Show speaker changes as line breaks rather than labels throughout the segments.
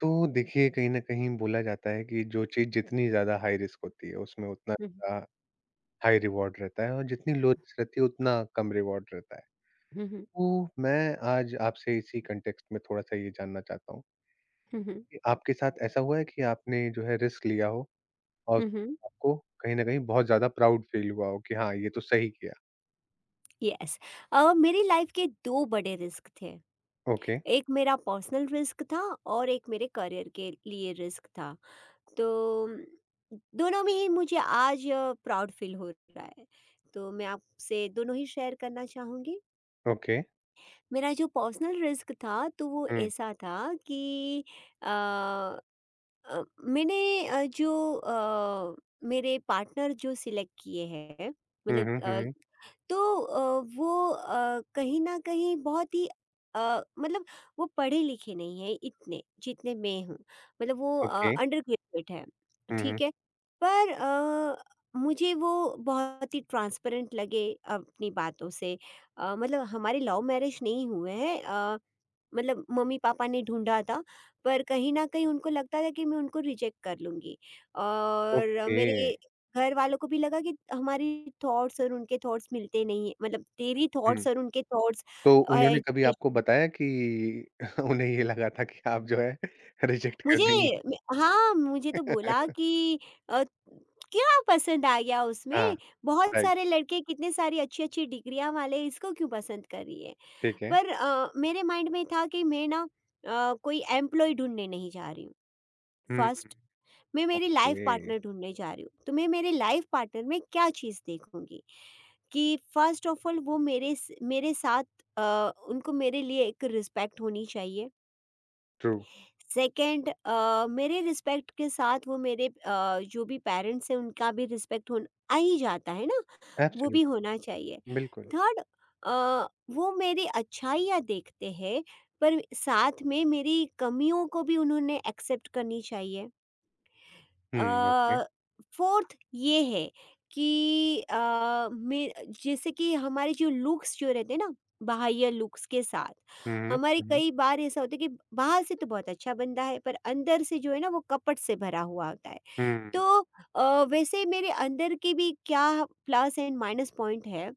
तो देखिए, कहीं न कहीं बोला जाता है कि जो चीज़ जितनी ज़्यादा हाई रिस्क होती है उसमें उतना
हुँ,
ज़्यादा हाई रिवॉर्ड रहता है और जितनी लो रिस्क रहती है उतना कम रिवॉर्ड रहता है।
हुँ, हुँ,
तो मैं आज आपसे इसी कॉन्टेक्स्ट में थोड़ा-सा ये जानना चाहता हूँ
हुँ, हुँ,
कि आपके साथ ऐसा हुआ है कि आपने जो है रिस्क लिया हो और
हुँ, हुँ।
आपको कहीं न कहीं बहुत ज़्यादा प्राउड फ़ील हुआ हो कि हाँ, ये तो सही किया।
यस। मेरी लाइफ के 2 बड़े रिस्क थे।
ओके,
एक मेरा पर्सनल रिस्क था और एक मेरे करियर के लिए रिस्क था। तो दोनों में ही मुझे आज प्राउड फील हो रहा है। तो मैं आपसे दोनों ही शेयर करना चाहूँगी।
ओके।
मेरा जो पर्सनल रिस्क था तो वो
हुँ।
ऐसा था कि अ मैंने जो मेरे पार्टनर जो सिलेक्ट किए हैं,
हुँ,
मतलब
हुँ, हुँ।
तो वो कहीं न कहीं बहुत ही मतलब वो पढ़े लिखे नहीं हैं इतने, जितने मैं हूँ। मतलब वो
ओके।
अंडरग्रेजुएट हैं,
हुँ, हुँ।
ठीक है? पर मुझे वो बहुत ही ट्रांसपेरेंट लगे अपनी बातों से। मतलब हमारे लव मैरिज नहीं हुए हैं। मतलब मम्मी-पापा ने ढूँढा था, पर कहीं न कहीं उनको लगता था कि मैं उनको रिजेक्ट कर लूँगी। और
ओके।
मेरे घर वालों को भी लगा कि हमारी थॉट्स और उनके थॉट्स मिलते नहीं हैं, मतलब तेरी
हुँ।
थॉट्स और उनके थॉट्स
तो उन्होंने कभी आपको
एजुकेशन
बताया कि उन्हें ये लगा था कि आप जो है रिजेक्ट कर
मुझे
देंगी?
म हाँ, मुझे तो बोला कि अ, क्या पसंद आ गया
हाँ,
उसमें? बहुत
राइट,
सारे लड़के कितने सारी अच्छी-अच्छी डिग्रियाँ वाले इसको क्यों पसंद कर रही है?
ठीक है।
पर मेरे माइंड में था कि मैं ना कोई एम्प्लॉयी ढूँढने नहीं जा रही हूँ।
हुँ,
फर्स्ट मैं मेरी लाइफ
ओके,
पार्टनर ढूंढने जा रही हूँ तो मैं मेरे लाइफ पार्टनर में क्या चीज़ देखूंगी कि फर्स्ट ऑफ ऑल वो मेरे साथ, अ, उनको मेरे लिए एक रिस्पेक्ट होनी चाहिए।
ट्रू,
सेकंड, मेरे रिस्पेक्ट के साथ वो मेरे जो भी पेरेंट्स हैं उनका भी रिस्पेक्ट होना आ ही जाता है ना, वो भी
एब्सोल्युटली,
होना चाहिए।
बिल्कुल।
थर्ड, वो मेरी अच्छाइयाँ देखते हैं पर साथ में मेरी कमियों को भी उन्होंने एक्सेप्ट करनी चाहिए।
हुँ, ओके।
फोर्थ ये है कि अ, मे जैसे कि हमारे जो लुक्स जो रहते हैं ना, बाह्य लुक्स के साथ
हुँ, हुँ,
हमारे
हुँ,
कई बार ऐसा होता है कि बाहर से तो बहुत अच्छा बनता है पर अंदर से जो है ना वो कपट से भरा हुआ होता है।
हुँ,
तो वैसे मेरे अंदर के भी क्या प्लस एंड माइनस पॉइंट है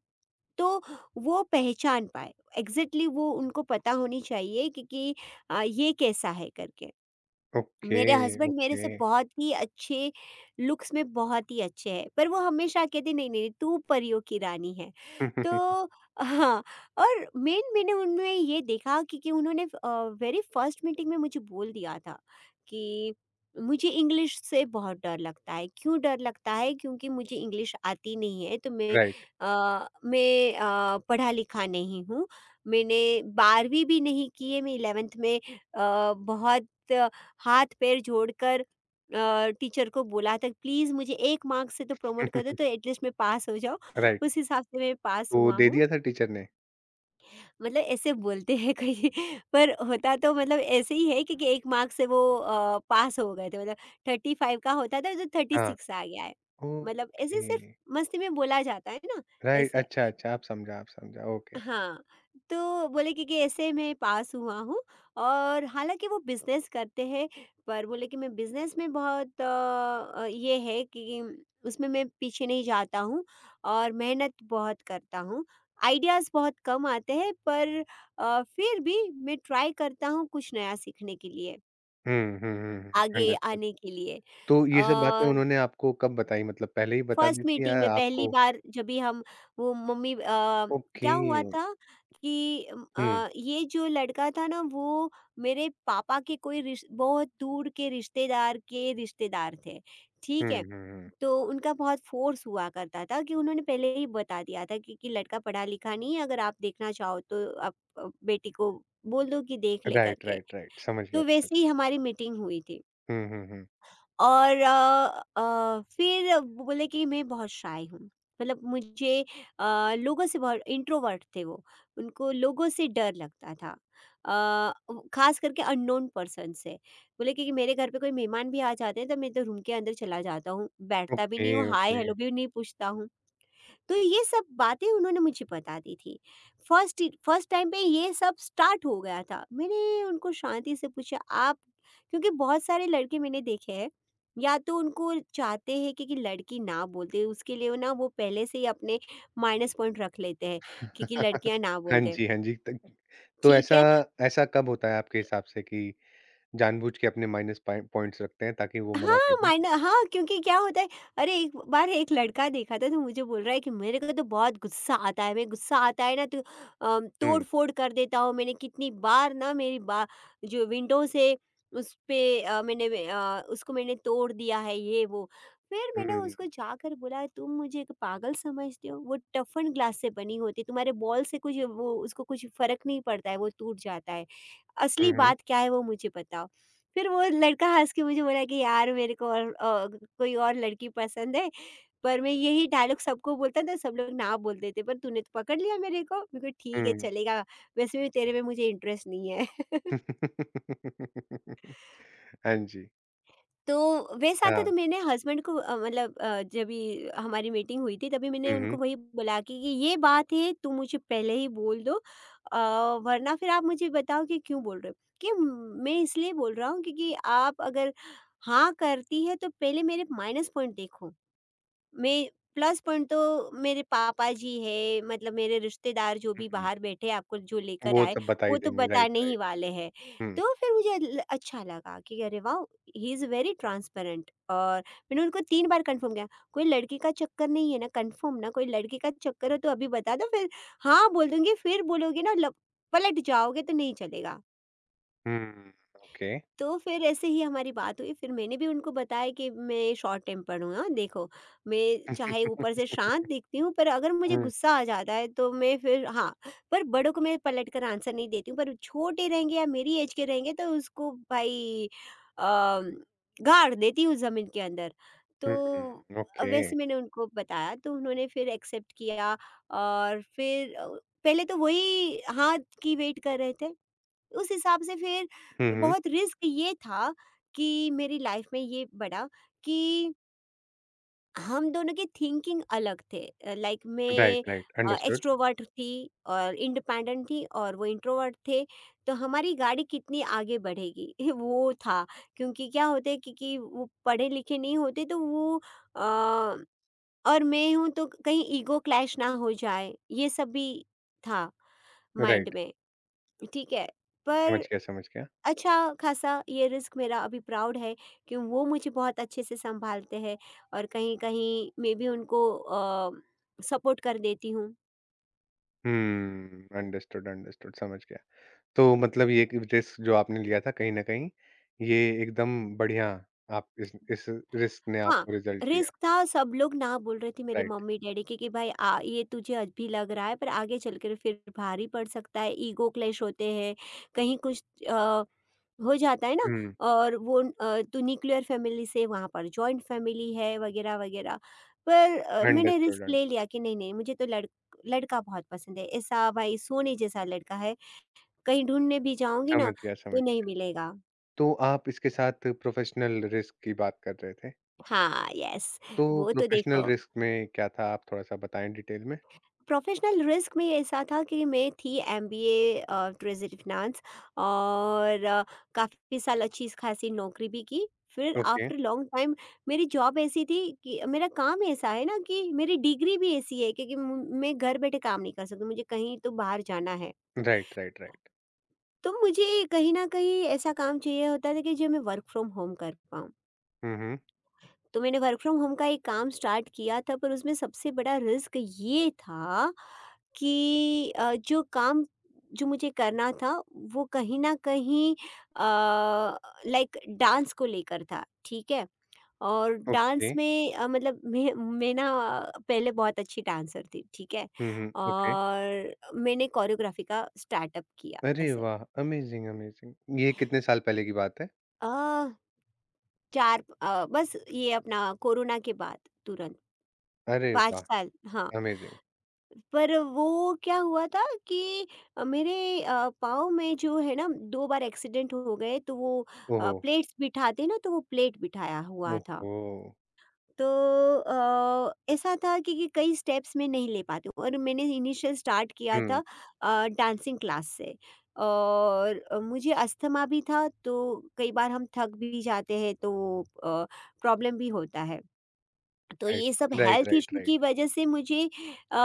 तो वो पहचान पाए। एग्जैक्टली वो उनको पता होनी चाहिए कि, ये कैसा है करके।
ओके,
मेरे हस्बैंड मेरे
ओके।
से बहुत ही अच्छे, लुक्स में बहुत ही अच्छे हैं, पर वो हमेशा कहते नहीं नहीं तू परियों की रानी है तो हाँ। और मेन मैंने उनमें ये देखा कि, उन्होंने वेरी फर्स्ट मीटिंग में मुझे बोल दिया था कि मुझे इंग्लिश से बहुत डर लगता है, क्यों डर लगता है क्योंकि मुझे इंग्लिश आती नहीं है। तो मैं
राइट,
पढ़ा लिखा नहीं हूँ, मैंने बारहवीं भी नहीं की है, मैं इलेवेंथ में बहुत हाथ पैर जोड़कर टीचर को बोला था प्लीज़ मुझे 1 मार्क्स से तो प्रमोट कर दो तो एटलीस्ट मैं पास हो जाऊँ।
राइट,
उस हिसाब से मैं पास
तो
हुआ
दे
हूँ।
दिया था टीचर ने?
मतलब ऐसे बोलते हैं कहीं पर होता तो मतलब ऐसे ही है, क्योंकि 1 मार्क्स से वो पास हो गए थे, मतलब 35 का होता था तो
हाँ,
36 आ गया है। मतलब ऐसे सिर्फ़
ओके,
मस्ती में बोला जाता है ना,
राइट,
ऐसे।
अच्छा, अच्छा, अब समझा, ओके।
हाँ, तो बोले कि ऐसे मैं पास हुआ हूँ। और हालाँकि वो बिज़नेस करते हैं, पर बोले कि मैं बिज़नेस में बहुत ये है कि उसमें मैं पीछे नहीं जाता हूँ और मेहनत बहुत करता हूँ। आइडियाज़ बहुत कम आते हैं पर फिर भी मैं ट्राई करता हूँ कुछ नया सीखने के लिए,
हुँ, हुँ, हुँ, हुँ,
आगे
अंडरस्टूड।
आने के लिए।
तो ये सब बातें
अ
उन्होंने आपको कब बताई? मतलब पहले ही बता दी
फर्स्ट
थी या
मीटिंग में पहली
आपको?
बार जब भी हम वो मम्मी अ,
ओके।
क्या हुआ था कि
हुँ,
ये जो लड़का था ना वो मेरे पापा के कोई रिश बहुत दूर के रिश्तेदार थे, ठीक
हुँ,
है?
हुँ, हुँ।
तो उनका बहुत फ़ोर्स हुआ करता था कि उन्होंने पहले ही बता दिया था कि लड़का पढ़ा लिखा नहीं है, अगर आप देखना चाहो तो आप बेटी को बोल दो कि देख ले
राइट,
करके।
Right, right. समझ गया,
तो
समझ
वैसे
गया।
ही हमारी मीटिंग हुई थी।
हुँ, हुँ, हुँ।
और फिर बोले कि मैं बहुत शाय हूँ। मतलब मुझे लोगों से बहुत इंट्रोवर्ट थे वो। उनको लोगों से डर लगता था। अ, ख़ास करके अननोन पर्सन से। बोले कि मेरे घर पे कोई मेहमान भी आ जाते हैं तो मैं तो रूम के अंदर चला जाता हूँ, बैठता भी
ओके,
नहीं हूँ, हाय
ओके।
हेलो भी नहीं पूछता हूँ। तो ये सब बातें उन्होंने मुझे बता दी थी। फर्स्ट फर्स्ट टाइम पे ये सब स्टार्ट हो गया था। मैंने उनको शांति से पूछा, आप, क्योंकि बहुत सारे लड़के मैंने देखे हैं, या तो उनको चाहते हैं कि लड़की ना बोलते उसके लिए वो ना वो पहले से ही अपने माइनस पॉइंट रख लेते हैं, क्योंकि लड़कियाँ ना
हाँ
बोल दें।
जी, हाँ जी। त तो
ठीक
ऐसा
है।
ऐसा कब होता है आपके हिसाब से कि जानबूझ के अपने माइनस पॉइंट्स रखते हैं ताकि वो मना
हाँ,
कर दें?
माना हाँ, क्योंकि क्या होता है, अरे एक बार एक लड़का देखा था तो मुझे बोल रहा है कि मेरे को तो बहुत गुस्सा आता है, मैं गुस्सा आता है ना तो
हुँ,
तोड़-फोड़ कर देता हूँ। मैंने कितनी बार ना मेरी बा जो विंडो से उस पे उसको मैंने तोड़ दिया है ये वो। फिर मैंने
हुँ,
उसको जाकर बोला, तुम मुझे एक पागल समझते हो? वो टफन ग्लास से बनी होती है, तुम्हारे बॉल से कुछ वो उसको कुछ फ़र्क नहीं पड़ता है, वो टूट जाता है। असली
हुँ, हुँ,
बात क्या है वो मुझे बताओ। फिर वो लड़का हँस के मुझे बोला कि यार मेरे को और कोई और लड़की पसंद है, पर मैं यही डायलॉग सबको बोलता था, सब लोग ना बोल देते पर तूने तो पकड़ लिया मेरे को। मैं कहा ठीक है
हुँ।
चलेगा, वैसे भी तेरे में मुझे इंटरेस्ट नहीं है।
हाँ जी।
तो वैसा आता
हाँ।
तो मैंने हस्बैंड को जब ये हमारी मीटिंग हुई थी तभी मैंने
हुँ,
उनको
हुँ,
वही बोला कि ये बात है, तुम मुझे पहले ही बोल दो। अ, वरना फिर आप मुझे बताओ कि क्यों बोल रहे हो कि मैं इसलिए बोल रहा हूँ क्योंकि आप अगर हाँ करती है तो पहले मेरे माइनस पॉइंट देखो, मैं प्लस पॉइंट तो मेरे पापा जी है, मतलब मेरे रिश्तेदार जो
हुँ,
भी
हुँ।
बाहर बैठे आपको जो लेकर
वो
आए
सब बता ही
वो तो
देंगे। राइट,
बताने ही
राइट।
वाले हैं।
हुँ,
तो फिर मुझे अच्छा लगा कि अरे वाह, ही इज़ वेरी ट्रांसपेरेंट। और मैंने उनको 3 बार कंफर्म किया, कोई लड़की का चक्कर नहीं है ना, कंफर्म ना, कोई लड़की का चक्कर हो तो अभी बता दो, फिर हाँ बोल दूंगी, फिर बोलोगे ना पलट जाओगे तो नहीं चलेगा।
हुँ। ओके।
तो फिर ऐसे ही हमारी बात हुई, फिर मैंने भी उनको बताया कि मैं शॉर्ट टेम्पर्ड हूँ, हाँ देखो, मैं चाहे ऊपर से शांत दिखती हूँ पर अगर मुझे
हुँ,
गुस्सा आ जाता है तो मैं फिर हाँ, पर बड़ों को मैं पलट कर आंसर नहीं देती हूँ, पर छोटे रहेंगे या मेरी एज के रहेंगे तो उसको भाई अम, गाड़ देती हूँ ज़मीन के अंदर।
हुँ,
तो
ओके।
वैसे मैंने उनको बताया तो उन्होंने फिर एक्सेप्ट किया। और फिर पहले तो वही हाथ की वेट कर रहे थे, उस हिसाब से फिर
हुँ, हुँ।
बहुत रिस्क ये था कि मेरी लाइफ में ये बढ़ा कि हम दोनों की थिंकिंग अलग थे, लाइक
राइट,
मैं
राइट। अंडरस्टूड।
एक्सट्रोवर्ट थी और इंडिपेंडेंट थी और वो इंट्रोवर्ट थे, तो हमारी गाड़ी कितनी आगे बढ़ेगी वो था। क्योंकि क्या होता है कि, वो पढ़े लिखे नहीं होते तो वो अ, और मैं हूँ तो कहीं ईगो क्लैश ना हो जाए, ये सब भी था माइंड
राइट।
में। ठीक है,
समझ
पर
गया, समझ गया।
अच्छा-ख़ासा ये रिस्क मेरा अभी प्राउड है कि वो मुझे बहुत अच्छे से सँभालते हैं और कहीं-कहीं मैं भी उनको सपोर्ट कर देती हूँ।
हुँ, अंडरस्टूड, अंडरस्टूड समझ गया। तो मतलब ये कि रिस्क जो आपने लिया था कहीं न कहीं ये एकदम बढ़िया, आप इस रिस्क ने
हाँ,
आपको रिज़ल्ट दिया।
रिस्क था, सब लोग ना बोल रहे थे मेरे
राइट।
मम्मी-डैडी के कि भाई आ ये तुझे अभी लग रहा है पर आगे चलकर फिर भारी पड़ सकता है, ईगो क्लैश होते हैं, कहीं कुछ अ हो जाता है ना।
हुँ,
और वो तो न्यूक्लियर फैमिली से वहाँ पर जॉइंट फैमिली है वगैरह वगैरह, पर मैंने
अंडरस्टूड
रिस्क
अंड
ले लिया कि नहीं नहीं, मुझे तो लड़का बहुत पसंद है, ऐसा भाई सोने जैसा लड़का है, कहीं ढूंढने भी जाऊंगी ना
समझ गया, समझ
तो नहीं
गया।
मिलेगा।
तो आप इसके साथ प्रोफ़ेशनल रिस्क की बात कर रहे थे।
हाँ, यस।
तो
वो तो
प्रोफ़ेशनल
देखो
रिस्क में क्या था? आप थोड़ा-सा बताएँ डिटेल में?
प्रोफेशनल रिस्क में ऐसा था कि मैं थी एमबीए, ट्रेजरी फिनांस, और काफ़ी साल अच्छी खासी नौकरी भी की, फिर
ओके।
आफ्टर लॉन्ग टाइम मेरी जॉब ऐसी थी कि मेरा काम ऐसा है ना कि मेरी डिग्री भी ऐसी है, क्योंकि मैं घर बैठे काम नहीं कर सकती, मुझे कहीं तो बाहर जाना है।
Right, right, right.
तो मुझे कहीं ना कहीं ऐसा काम चाहिए होता था कि जो मैं वर्क फ्रॉम होम कर पाऊँ।
हुँ, हुँ।
तो मैंने वर्क फ्रॉम होम का एक काम स्टार्ट किया था, पर उसमें सबसे बड़ा रिस्क ये था कि जो काम जो मुझे करना था वो कहीं ना कहीं लाइक डांस को लेकर था, ठीक है। और
ओके।
डांस में मतलब मैं ना पहले बहुत अच्छी डांसर थी, ठीक है।
हुँ, हुँ। ओके।
और मैंने कोरियोग्राफी का स्टार्टअप किया
अरे
ऐसे
वाह! Amazing, amazing. ये कितने साल पहले की बात है?
अ, चार बस ये अपना कोरोना के बाद तुरंत,
अरे
पाँच
वाह!
साल हाँ।
अमेज़िंग!
पर वो क्या हुआ था कि मेरे पाँव में जो है ना 2 बार एक्सीडेंट हो गए तो वो
ओहो!
प्लेट्स बिठाते ना तो वो प्लेट बिठाया हुआ था।
ओहो!
तो ऐसा था कि कई स्टेप्स मैं नहीं ले पाती हूँ और मैंने इनिशियल स्टार्ट किया था
हुँ,
डांसिंग क्लास से। और मुझे अस्थमा भी था, तो कई बार हम थक भी जाते हैं तो प्रॉब्लम भी होता है। तो
राइट,
ये सब
right,
health
right,
issue
right.
की वजह से मुझे अ,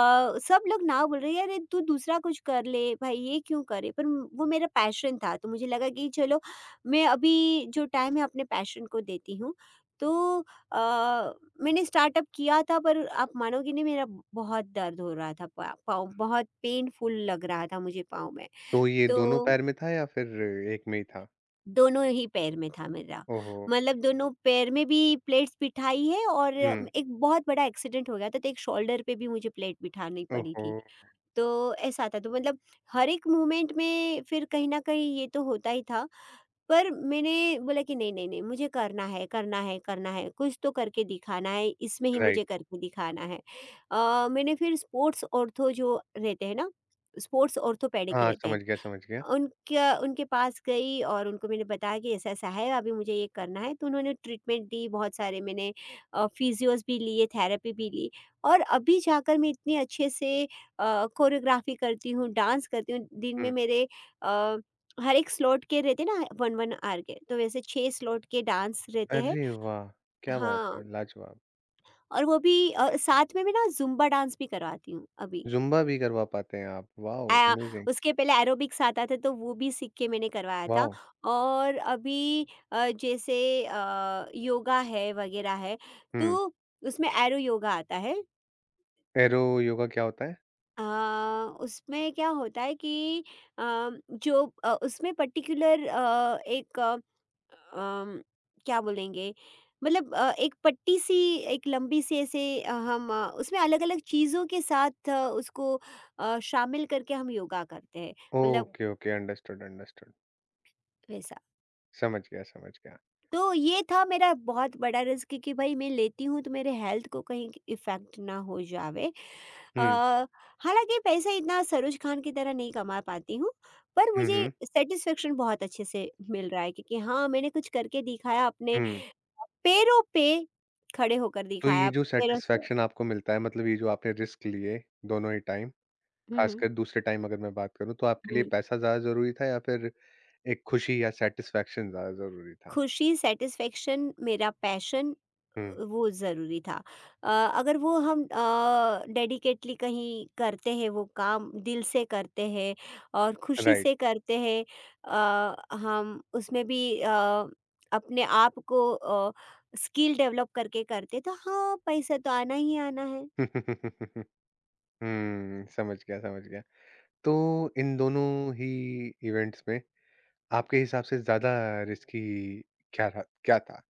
सब लोग ना बोल रहे हैं, "अरे तू दूसरा कुछ कर ले भाई, ये क्यों करे?" पर वो मेरा पैशन था, तो मुझे लगा कि चलो मैं अभी जो टाइम है अपने पैशन को देती हूँ। तो अ, मैंने स्टार्टअप किया था, पर आप मानोगे नहीं, मेरा बहुत दर्द हो रहा था। पा पाँव बहुत पेनफुल लग रहा था, मुझे पाँव में।
तो ये दोनों
तो
पैर में था या फिर एक में ही था?
दोनों ही पैर में था मेरा।
ओहो!
मतलब दोनों पैर में भी प्लेट्स बिठाई है और
हुँ,
एक बहुत बड़ा एक्सीडेंट हो गया था, तो एक शोल्डर पे भी मुझे प्लेट बिठानी पड़ी
ओहो!
थी। तो ऐसा था, तो मतलब हर एक मूवमेंट में फिर कहीं न कहीं ये तो होता ही था। पर मैंने बोला कि नहीं, नहीं, नहीं, मुझे करना है, करना है, करना है, कुछ तो करके दिखाना है, इसमें ही
राइट।
मुझे करके दिखाना है। मैंने फिर स्पोर्ट्स ऑर्थो जो रहते हैं ना, स्पोर्ट्स ऑर्थोपेडिक
हाँ,
रहते हैं।
समझ गया, समझ गया।
उनका उनके पास गई और उनको मैंने बताया कि ऐसा-ऐसा है, अभी मुझे ये करना है। तो उन्होंने ट्रीटमेंट दी, बहुत सारे मैंने फिजियोज़ भी लिए, थेरेपी भी ली और अभी जाकर मैं इतनी अच्छे से कोरियोग्राफ़ी करती हूँ, डांस करती हूँ। दिन में
हुँ।
मेरे अ, हर एक स्लॉट के रहते हैं ना 1-1 आवर के, तो वैसे 6 स्लॉट के डांस रहते हैं।
अरे वाह! क्या बात
हाँ,
है, लाजवाब!
और वो भी साथ में मैं ना ज़ुम्बा डांस भी करवाती हूँ अभी।
ज़ुम्बा भी करवा पाते हैं आप, वॉव!
अ,
अमेज़िंग!
उसके पहले एरोबिक्स आता था, तो वो भी सीख के मैंने करवाया था।
वॉव!
और अभी जैसे योगा है वगैरह है,
हुँ,
तो उसमें एरो योगा आता है।
एरो योगा क्या होता है?
अ, उसमें क्या होता है कि अ, जो उसमें पर्टिकुलर एक अम, क्या बोलेंगे, मतलब एक पट्टी सी एक लंबी सी ऐसे हम उसमें अलग अलग चीज़ों के साथ उसको शामिल करके हम योगा करते हैं। मतलब
ओके, ओके, अंडरस्टूड, अंडरस्टूड।
वैसा।
समझ गया, समझ गया।
तो ये था मेरा बहुत बड़ा रिस्क कि भाई मैं लेती हूँ तो मेरे हेल्थ को कहीं इफ़ेक्ट ना हो जावे।
हुँ,
हालांकि पैसा इतना सरोज खान की तरह नहीं कमा पाती हूँ, पर
हुँ,
मुझे
हुँ,
सेटिस्फेक्शन बहुत अच्छे से मिल रहा है, क्योंकि हाँ, मैंने कुछ करके दिखाया, अपने
हुँ।
पैरों पे खड़े होकर
तो ये
दिखाया
जो
पैरों से।
सैटिस्फैक्शन आपको मिलता है मतलब ये जो आपने रिस्क लिए दोनों ही टाइम,
हम्म।
खासकर दूसरे टाइम अगर मैं बात करूँ, तो आपके लिए
हम्म।
पैसा ज़्यादा ज़रूरी था या फिर एक खुशी या सैटिस्फैक्शन ज़्यादा ज़रूरी था?
खुशी, सैटिस्फैक्शन, मेरा पैशन,
हुँ,
वो ज़रूरी था। अ, अगर वो हम डेडिकेटली कहीं करते हैं वो काम, दिल से करते हैं और खुशी
राइट।
से करते हैं, हम उसमें भी अपने आप को स्किल डेवलप करके करते हैं, तो हाँ, पैसा तो आना ही आना है।
हुँ, समझ गया, समझ गया। तो इन दोनों ही इवेंट्स में आपके हिसाब से ज़्यादा रिस्की क्या रहा? क्या था?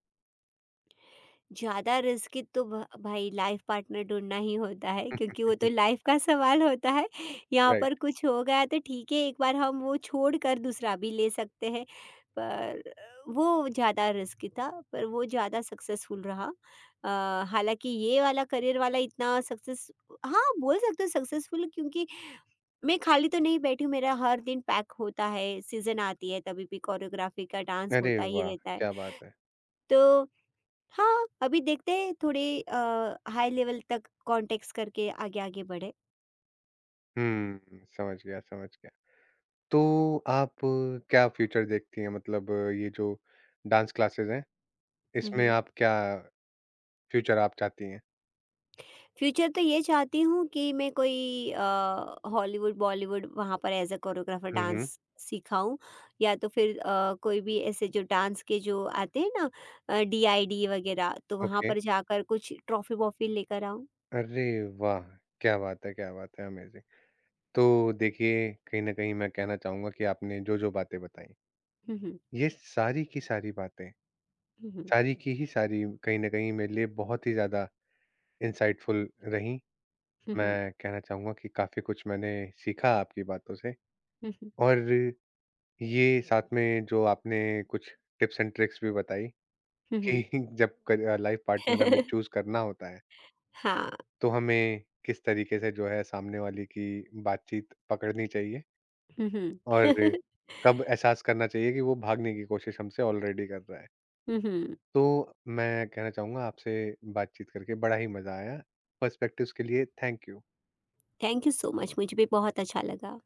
ज़्यादा रिस्की तो भ भाई लाइफ़ पार्टनर ढूँढना ही होता है, क्योंकि वो तो लाइफ़ का सवाल होता है। यहाँ
राइट।
पर कुछ हो गया तो ठीक है, एक बार हम वो छोड़कर दूसरा भी ले सकते हैं। पर वो ज़्यादा रिस्की था, पर वो ज़्यादा सक्सेसफुल रहा। हालाँकि ये वाला करियर वाला इतना सक्सेस। हाँ, बोल सकते हो सक्सेसफुल, क्योंकि मैं खाली तो नहीं बैठी हूँ, मेरा हर दिन पैक होता है, सीज़न आती है तभी भी कोरियोग्राफी का डांस
अरे
होता ही
वाह!
रहता है।
क्या बात है।
तो हाँ, अभी देखते हैं, थोड़े हाई लेवल तक कॉन्टेक्ट्स करके आगे-आगे बढ़े।
हुँ, समझ गया, समझ गया। तो आप क्या फ्यूचर देखती हैं? मतलब ये जो डांस क्लासेस हैं,
हुँ,
इसमें
हुँ।
आप क्या फ्यूचर आप चाहती हैं?
फ्यूचर तो ये चाहती हूँ कि मैं कोई हॉलीवुड, बॉलीवुड वहाँ पर एज़ अ कोरियोग्राफर
हुँ, हुँ।
डांस सिखाऊँ। या तो फिर कोई भी ऐसे जो डांस के जो आते हैं ना, डीआईडी वगैरह, तो वहाँ
ओके।
पर जाकर कुछ ट्रॉफ़ी-वॉफ़ी लेकर आऊँ।
अरे वाह! क्या बात है, अमेज़िंग। तो देखिए, कहीं न कहीं मैं कहना चाहूँगा कि आपने जो-जो बातें बताई,
हुँ, हुँ।
ये सारी की सारी बातें,
हुँ, हुँ।
सारी की ही सारी कहीं न कहीं मेरे लिए बहुत ही ज़्यादा इंसाइटफुल रहीं।
हुँ, हुँ।
मैं कहना चाहूँगा कि काफ़ी कुछ मैंने सीखा आपकी बातों से,
हुँ, हुँ।
और ये साथ में जो आपने कुछ टिप्स एंड ट्रिक्स भी बताई
हुँ,
कि
हुँ।
जब क लाइफ़ पार्टनर हमें चूज़ करना होता है,
हाँ।
तो हमें किस तरीके से जो है सामने वाले की बातचीत पकड़नी चाहिए
हुँ, हुँ।
और कब एहसास करना चाहिए कि वो भागने की कोशिश हमसे ऑलरेडी कर रहा है।
हुँ, हुँ।
तो मैं कहना चाहूँगा आपसे बातचीत करके बड़ा ही मज़ा आया। पर्सपेक्टिव्स के लिए thank you.
Thank you so much, मुझे भी बहुत अच्छा लगा।